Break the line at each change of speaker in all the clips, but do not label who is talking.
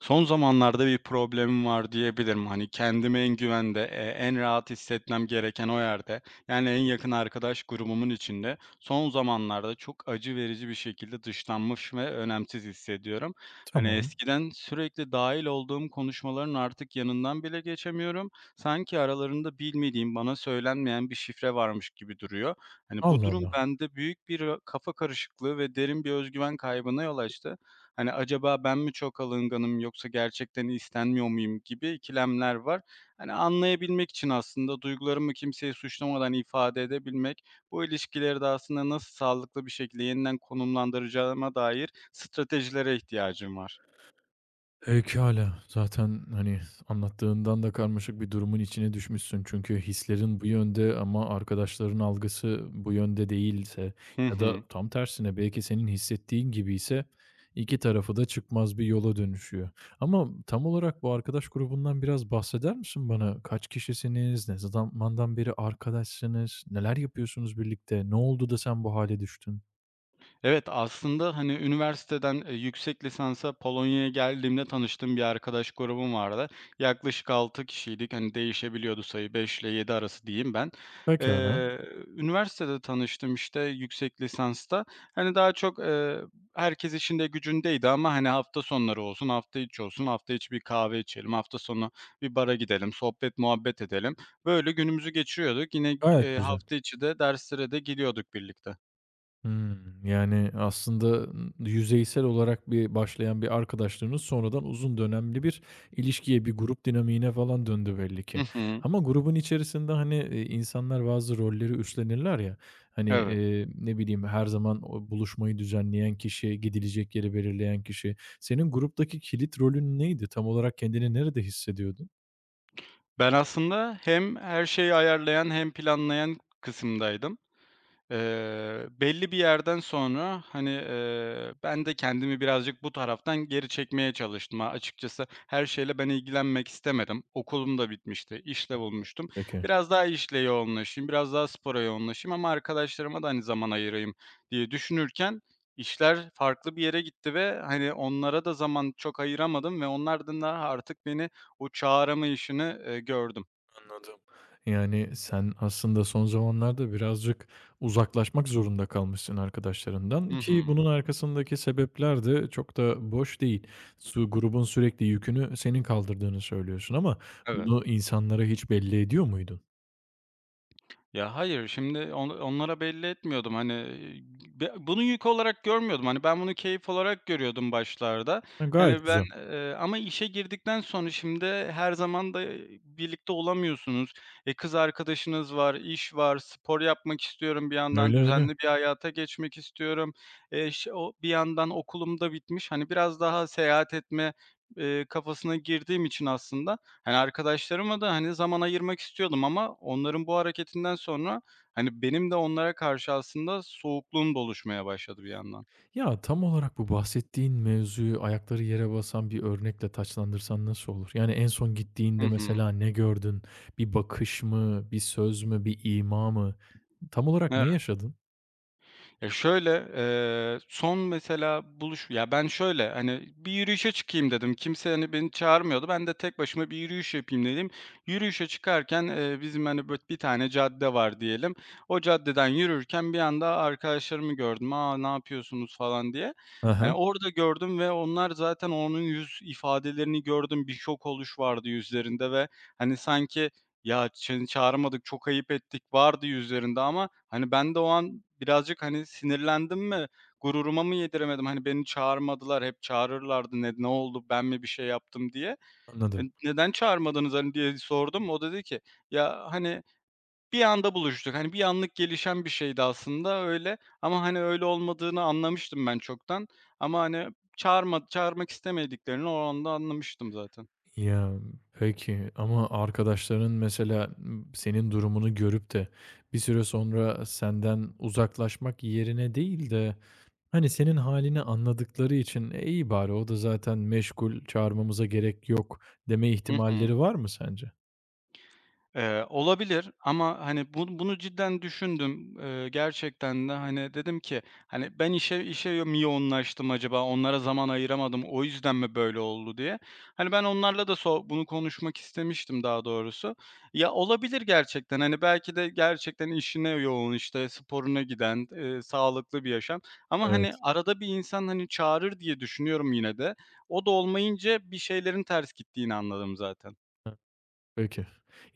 Son zamanlarda bir problemim var diyebilirim. Hani, kendimi en güvende, en rahat hissetmem gereken o yerde, yani, en yakın arkadaş grubumun içinde son zamanlarda çok acı verici bir şekilde dışlanmış ve önemsiz hissediyorum. Hani,
Tamam.
eskiden sürekli dahil olduğum konuşmaların artık yanından bile geçemiyorum. Sanki aralarında bilmediğim, bana söylenmeyen bir şifre varmış gibi duruyor. Hani, bu
Allah
durum
Allah.
bende büyük bir, kafa karışıklığı ve derin bir özgüven kaybına yol açtı. Hani, acaba ben mi çok alınganım yoksa gerçekten istenmiyor muyum gibi ikilemler var. Hani, anlayabilmek için aslında duygularımı kimseyi suçlamadan ifade edebilmek, bu ilişkileri de aslında nasıl sağlıklı bir şekilde yeniden konumlandıracağıma dair stratejilere ihtiyacım var.
Pekâlâ. Zaten, hani, anlattığından da karmaşık bir durumun içine düşmüşsün. Çünkü hislerin bu yönde ama arkadaşların algısı bu yönde değilse
Hı
ya
hı.
da tam tersine belki senin hissettiğin gibi ise 2 tarafı da çıkmaz bir yola dönüşüyor. Ama tam olarak bu arkadaş grubundan biraz bahseder misin bana? Kaç kişisiniz? Ne zamandan beri arkadaşsınız? Neler yapıyorsunuz birlikte? Ne oldu da sen bu hale düştün?
Evet, aslında, hani, üniversiteden, yüksek lisansa Polonya'ya geldiğimde tanıştığım bir arkadaş grubum vardı. Yaklaşık 6 kişiydik. Hani, değişebiliyordu sayı, 5 ile 7 arası diyeyim ben.
Pekâlâ.
Eee, Üniversitede tanıştım, işte, yüksek lisansta. Hani, daha çok, herkes işinde gücündeydi ama, hani, hafta sonları olsun, hafta içi olsun, hafta içi bir kahve içelim, hafta sonu bir bara gidelim, sohbet muhabbet edelim. Böyle günümüzü geçiriyorduk. Yine,
Gayet güzel.
hafta içi de derslere de gidiyorduk birlikte.
Hımm. Yani, aslında, yüzeysel olarak bir başlayan bir arkadaşlığınız sonradan uzun dönemli bir ilişkiye, bir grup dinamiğine falan döndü belli
Hı
ki.
hı.
Ama grubun içerisinde, hani, insanlar bazı rolleri üstlenirler ya, hani,
Evet.
ne bileyim, her zaman o buluşmayı düzenleyen kişi, gidilecek yeri belirleyen kişi. Senin gruptaki kilit rolün neydi? Tam olarak kendini nerede hissediyordun
Ben aslında hem her şeyi ayarlayan hem planlayan kısımdaydım. Belli bir yerden sonra, hani, ben de kendimi birazcık bu taraftan geri çekmeye çalıştım. Açıkçası her şeyle ben ilgilenmek istemedim. Okulum da bitmişti, işle bulmuştum.
peki?
Biraz daha işle yoğunlaşayım, biraz daha spora yoğunlaşayım ama arkadaşlarıma da, hani, zaman ayırayım diye düşünürken işler farklı bir yere gitti ve, hani, onlara da zaman çok ayıramadım ve onlardan da artık beni o çağırma işini, gördüm.
Anladım. Yani, sen aslında son zamanlarda birazcık uzaklaşmak zorunda kalmışsın arkadaşlarından
Hı
ki
hı.
bunun arkasındaki sebepler de çok da boş değil. Su grubun sürekli yükünü senin kaldırdığını söylüyorsun ama
Evet.
bunu insanlara hiç belli ediyor muydun?
Ya, hayır, şimdi onlara belli etmiyordum. Hani, bunu yük olarak görmüyordum. Hani, ben bunu keyif olarak görüyordum başlarda.
Ha, gayet
Hani, ben,
güzel.
ama işe girdikten sonra şimdi her zaman da, birlikte olamıyorsunuz. Kız arkadaşınız var, iş var, spor yapmak istiyorum bir yandan,
Öyle, öyle.
düzenli bir hayata geçmek istiyorum. Ş O bir yandan okulum da bitmiş. Hani, biraz daha seyahat etme, kafasına girdiğim için aslında, hani, arkadaşlarıma da, hani, zaman ayırmak istiyordum ama onların bu hareketinden sonra, hani, benim de onlara karşı aslında soğukluğum da oluşmaya başladı bir yandan.
Ya, tam olarak bu bahsettiğin mevzuyu ayakları yere basan bir örnekle taçlandırsan nasıl olur? Yani, en son
Hı
gittiğinde
hı.
mesela ne gördün? Bir bakış mı, bir söz mü, bir ima mı? Tam olarak
Evet.
ne yaşadın?
Ya, şöyle, son mesela buluş ya, ben şöyle, hani, bir yürüyüşe çıkayım dedim. Kimse, hani, beni çağırmıyordu. Ben de tek başıma bir yürüyüş yapayım dedim. Yürüyüşe çıkarken, bizim, hani, böyle bir tane cadde var diyelim. O caddeden yürürken bir anda arkadaşlarımı gördüm. "Aa, ne yapıyorsunuz?" falan diye.
Hı
Hani,
hı,
orada gördüm ve onlar zaten onun yüz ifadelerini gördüm. Bir şok oluş vardı yüzlerinde ve, hani, sanki ya, seni çağıramadık, çok ayıp ettik vardı yüzlerinde ama, hani, ben de o an birazcık, hani, sinirlendim mi, gururuma mı yediremedim? Hani, beni çağırmadılar, hep çağırırlardı. Ne oldu, ben mi bir şey yaptım diye.
anladım.
"Neden çağırmadınız?" hani, diye sordum. O dedi ki, "Ya, hani, bir anda buluştuk. Hani, bir anlık gelişen bir şeydi aslında öyle ama, hani, öyle olmadığını anlamıştım ben çoktan ama, hani, çağırmak istemediklerini o anda anlamıştım zaten."
Ya, peki ama arkadaşların mesela, senin durumunu görüp de bir süre sonra senden uzaklaşmak yerine değil de, hani, senin halini anladıkları için, "E, iyi bari o da zaten meşgul, çağırmamıza gerek yok." deme
Hı hı.
ihtimalleri var mı sence?
Olabilir ama, hani, bunu cidden düşündüm. Gerçekten de, hani, dedim ki, hani, ben işe mi yoğunlaştım acaba? Onlara zaman ayıramadım, o yüzden mi böyle oldu diye. Hani, ben onlarla da bunu konuşmak istemiştim daha doğrusu. Ya, olabilir gerçekten, hani, belki de gerçekten işine yoğun, işte, sporuna giden, sağlıklı bir yaşam ama, hani,
Evet.
arada bir insan, hani, çağırır diye düşünüyorum yine de. O da olmayınca bir şeylerin ters gittiğini anladım zaten.
Peki.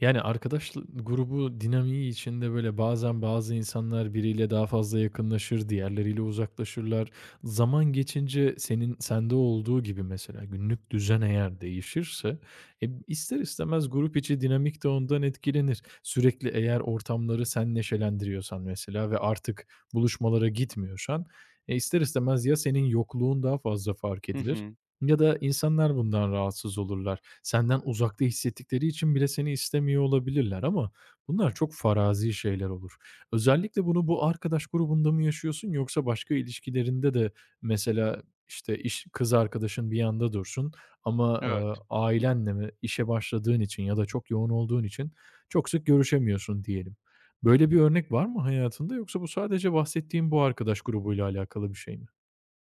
Yani arkadaş grubu dinamiği içinde, böyle, bazen bazı insanlar biriyle daha fazla yakınlaşır, diğerleriyle uzaklaşırlar. Zaman geçince senin sende olduğu gibi mesela günlük düzen eğer değişirse, e, ister istemez grup içi dinamik de ondan etkilenir. Sürekli eğer ortamları sen neşelendiriyorsan mesela ve artık buluşmalara gitmiyorsan, e, ister istemez ya senin yokluğun daha fazla fark
Hı
edilir
hı.
ya da insanlar bundan rahatsız olurlar. Senden uzakta hissettikleri için bile seni istemiyor olabilirler ama bunlar çok farazi şeyler olur. Özellikle bunu bu arkadaş grubunda mı yaşıyorsun yoksa başka ilişkilerinde de mesela, işte, iş kız arkadaşın bir yanda dursun ama,
Evet.
ailenle mi işe başladığın için ya da çok yoğun olduğun için çok sık görüşemiyorsun diyelim. Böyle bir örnek var mı hayatında yoksa bu sadece bahsettiğim bu arkadaş grubuyla alakalı bir şey mi?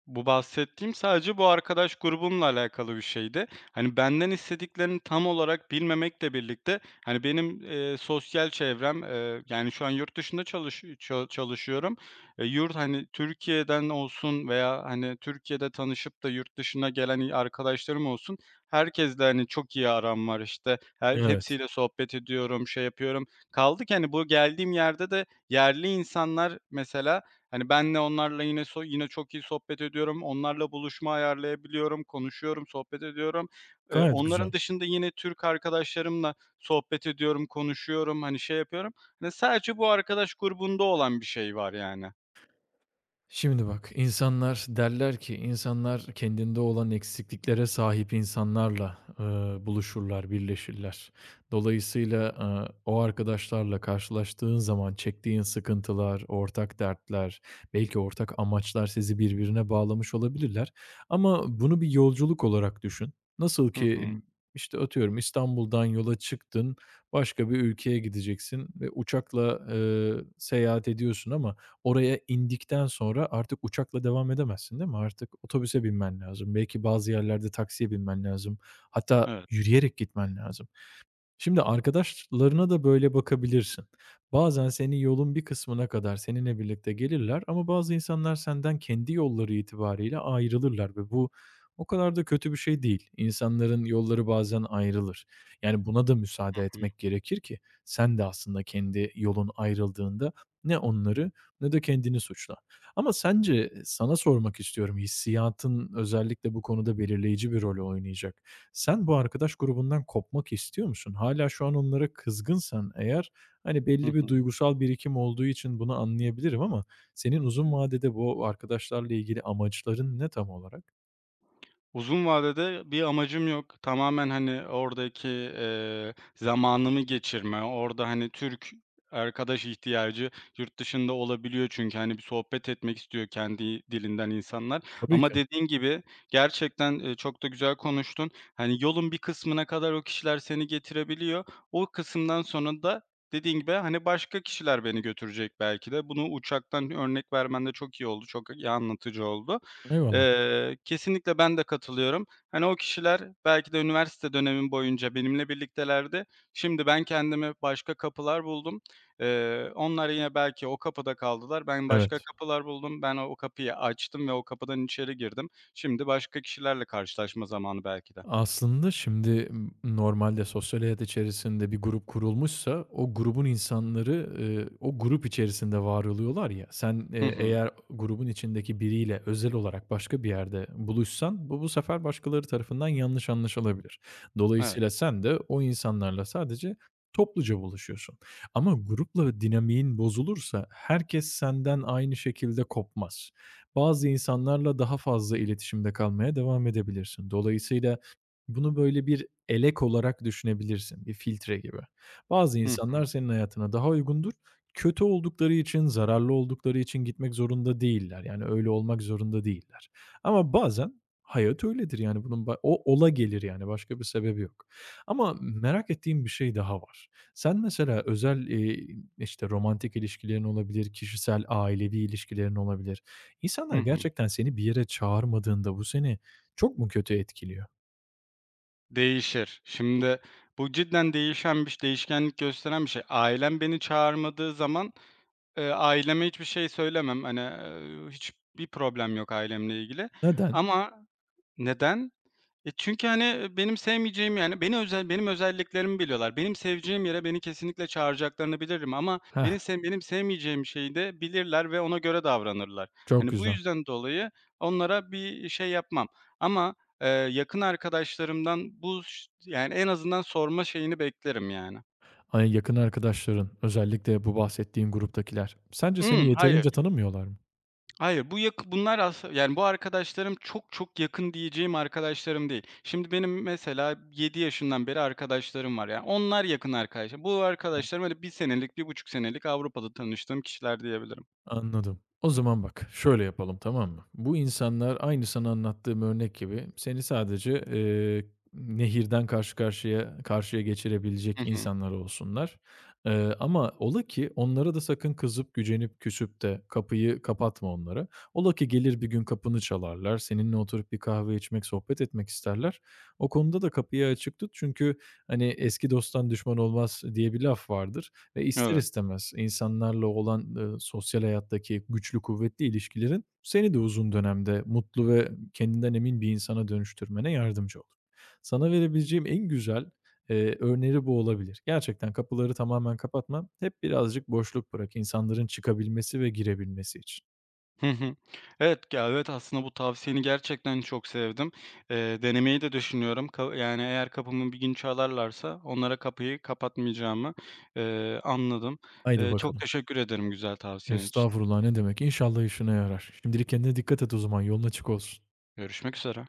Bu bahsettiğim sadece bu arkadaş grubumla alakalı bir şeydi. Hani, benden istediklerini tam olarak bilmemekle birlikte, hani, benim, sosyal çevrem, yani, şu an yurt dışında çalışıyorum. Hani, Türkiye'den olsun veya, hani, Türkiye'de tanışıp da yurt dışına gelen arkadaşlarım olsun, herkesle, hani, çok iyi aram var, işte.
Evet,
Hepsiyle sohbet ediyorum, şey yapıyorum. Kaldı ki, hani, bu geldiğim yerde de yerli insanlar mesela, hani, benle onlarla yine çok iyi sohbet ediyorum. Onlarla buluşma ayarlayabiliyorum, konuşuyorum, sohbet ediyorum.
gayet güzel.
Onların dışında yine Türk arkadaşlarımla sohbet ediyorum, konuşuyorum, hani, şey yapıyorum. Hani, sadece bu arkadaş grubunda olan bir şey var yani.
Şimdi bak, insanlar derler ki insanlar kendinde olan eksikliklere sahip insanlarla, buluşurlar, birleşirler. Dolayısıyla, o arkadaşlarla karşılaştığın zaman çektiğin sıkıntılar, ortak dertler, belki ortak amaçlar sizi birbirine bağlamış olabilirler ama bunu bir yolculuk olarak düşün. Nasıl
Hı
ki,
hı.
işte, atıyorum İstanbul'dan yola çıktın, başka bir ülkeye gideceksin ve uçakla, seyahat ediyorsun ama oraya indikten sonra artık uçakla devam edemezsin, değil mi? Artık otobüse binmen lazım. Belki bazı yerlerde taksiye binmen lazım. Hatta
Evet.
yürüyerek gitmen lazım. Şimdi arkadaşlarına da böyle bakabilirsin. Bazen seni yolun bir kısmına kadar seninle birlikte gelirler ama bazı insanlar senden kendi yolları itibariyle ayrılırlar ve bu o kadar da kötü bir şey değil. İnsanların yolları bazen ayrılır. Yani buna da müsaade
Hı hı.
etmek gerekir ki sen de aslında kendi yolun ayrıldığında ne onları ne de kendini suçla. Ama sence sana sormak istiyorum, hissiyatın özellikle bu konuda belirleyici bir rol oynayacak. Sen bu arkadaş grubundan kopmak istiyor musun? Hala şu an onlara kızgınsan eğer, hani,
Hı
belli bir
hı.
duygusal birikim olduğu için bunu anlayabilirim ama senin uzun vadede bu arkadaşlarla ilgili amaçların ne tam olarak?
Uzun vadede bir amacım yok. Tamamen, hani, oradaki, zamanımı geçirme, orada, hani, Türk arkadaş ihtiyacı yurt dışında olabiliyor çünkü, hani, bir sohbet etmek istiyor kendi dilinden insanlar
Tabii
ama
ki.
dediğin gibi gerçekten, çok da güzel konuştun. Hani, yolun bir kısmına kadar o kişiler seni getirebiliyor. O kısımdan sonra da dediğin gibi, hani, başka kişiler beni götürecek belki de. Bunu uçaktan örnek vermen de çok iyi oldu, çok iyi anlatıcı oldu.
Eyvallah.
Kesinlikle ben de katılıyorum. Hani, o kişiler belki de üniversite dönemim boyunca benimle birliktelerdi. Şimdi ben kendime başka kapılar buldum. Onlar yine belki o kapıda kaldılar. Ben başka
Evet.
kapılar buldum. Ben o kapıyı açtım ve o kapıdan içeri girdim. Şimdi başka kişilerle karşılaşma zamanı belki de.
Aslında şimdi, normalde sosyal hayat içerisinde bir grup kurulmuşsa o grubun insanları, o grup içerisinde var oluyorlar ya. Sen,
Hı hı.
eğer grubun içindeki biriyle özel olarak başka bir yerde buluşsan bu sefer başkaları tarafından yanlış anlaşılabilir.
Evet.
Dolayısıyla sen de o insanlarla sadece topluca buluşuyorsun. Ama grupla dinamiğin bozulursa herkes senden aynı şekilde kopmaz. Bazı insanlarla daha fazla iletişimde kalmaya devam edebilirsin. Dolayısıyla bunu böyle bir elek olarak düşünebilirsin, bir filtre gibi. Bazı
Hı hı.
insanlar senin hayatına daha uygundur. Kötü oldukları için, zararlı oldukları için gitmek zorunda değiller. Yani öyle olmak zorunda değiller. Ama bazen hayat öyledir, yani bunun o ola gelir, yani başka bir sebebi yok. Ama merak ettiğim bir şey daha var. Sen mesela özel, işte, romantik ilişkilerin olabilir, kişisel ailevi ilişkilerin olabilir. İnsanlar
Hı
gerçekten seni bir yere çağırmadığında bu seni çok mu kötü etkiliyor?
Değişir. Şimdi bu cidden değişen, bir değişkenlik gösteren bir şey. Ailem beni çağırmadığı zaman, aileme hiçbir şey söylemem. Hani, hiçbir problem yok ailemle ilgili
Neden?
ama neden? Çünkü, hani, benim sevmeyeceğim, yani, benim özelliklerimi biliyorlar. Benim seveceğim yere beni kesinlikle çağıracaklarını bilirim ama
Heh,
benim sevmeyeceğim şeyi de bilirler ve ona göre davranırlar.
çok
Hani, bu
güzel.
yüzden dolayı onlara bir şey yapmam ama, yakın arkadaşlarımdan bu ş yani, en azından sorma şeyini beklerim yani.
Ay, yakın arkadaşların, özellikle bu bahsettiğin gruptakiler, sence seni
"Hımm, hayır."
yeterince tanımıyorlar mı?
Hayır, bu yak bunlar yani bu arkadaşlarım çok çok yakın diyeceğim arkadaşlarım değil. Şimdi benim mesela 7 yaşından beri arkadaşlarım var. Yani onlar yakın arkadaşlarım. Bu arkadaşlarım öyle 1 senelik, 1,5 senelik Avrupa'da tanıştığım kişiler diyebilirim.
Anladım. O zaman bak, şöyle yapalım, tamam mı? Bu insanlar aynı sana anlattığım örnek gibi seni sadece, nehirden karşıya karşıya
Hı
geçirebilecek
hı.
insanlar olsunlar. Ama ola ki onlara da sakın kızıp, gücenip, küsüp de kapıyı kapatma onlara. Ola ki gelir bir gün kapını çalarlar, seninle oturup bir kahve içmek, sohbet etmek isterler. O konuda da kapıyı açık tut çünkü, hani, "Eski dosttan düşman olmaz." diye bir laf vardır. Ve ister
Evet.
istemez insanlarla olan, sosyal hayattaki güçlü kuvvetli ilişkilerin seni de uzun dönemde mutlu ve kendinden emin bir insana dönüştürmene yardımcı olur. Sana verebileceğim en güzel, örneği bu olabilir. Gerçekten kapıları tamamen kapatma, hep birazcık boşluk bırak insanların çıkabilmesi ve girebilmesi için.
Hı hı. Evet, ya, evet aslında bu tavsiyeni gerçekten çok sevdim. Denemeyi de düşünüyorum. Yani eğer kapımı bir gün çalarlarsa onlara kapıyı kapatmayacağımı, anladım.
Haydi
Çok
bakalım.
teşekkür ederim güzel tavsiyen için.
Estağfurullah, ne demek. İnşallah işine yarar. Şimdilik kendine dikkat et o zaman, yolun açık olsun.
Görüşmek üzere.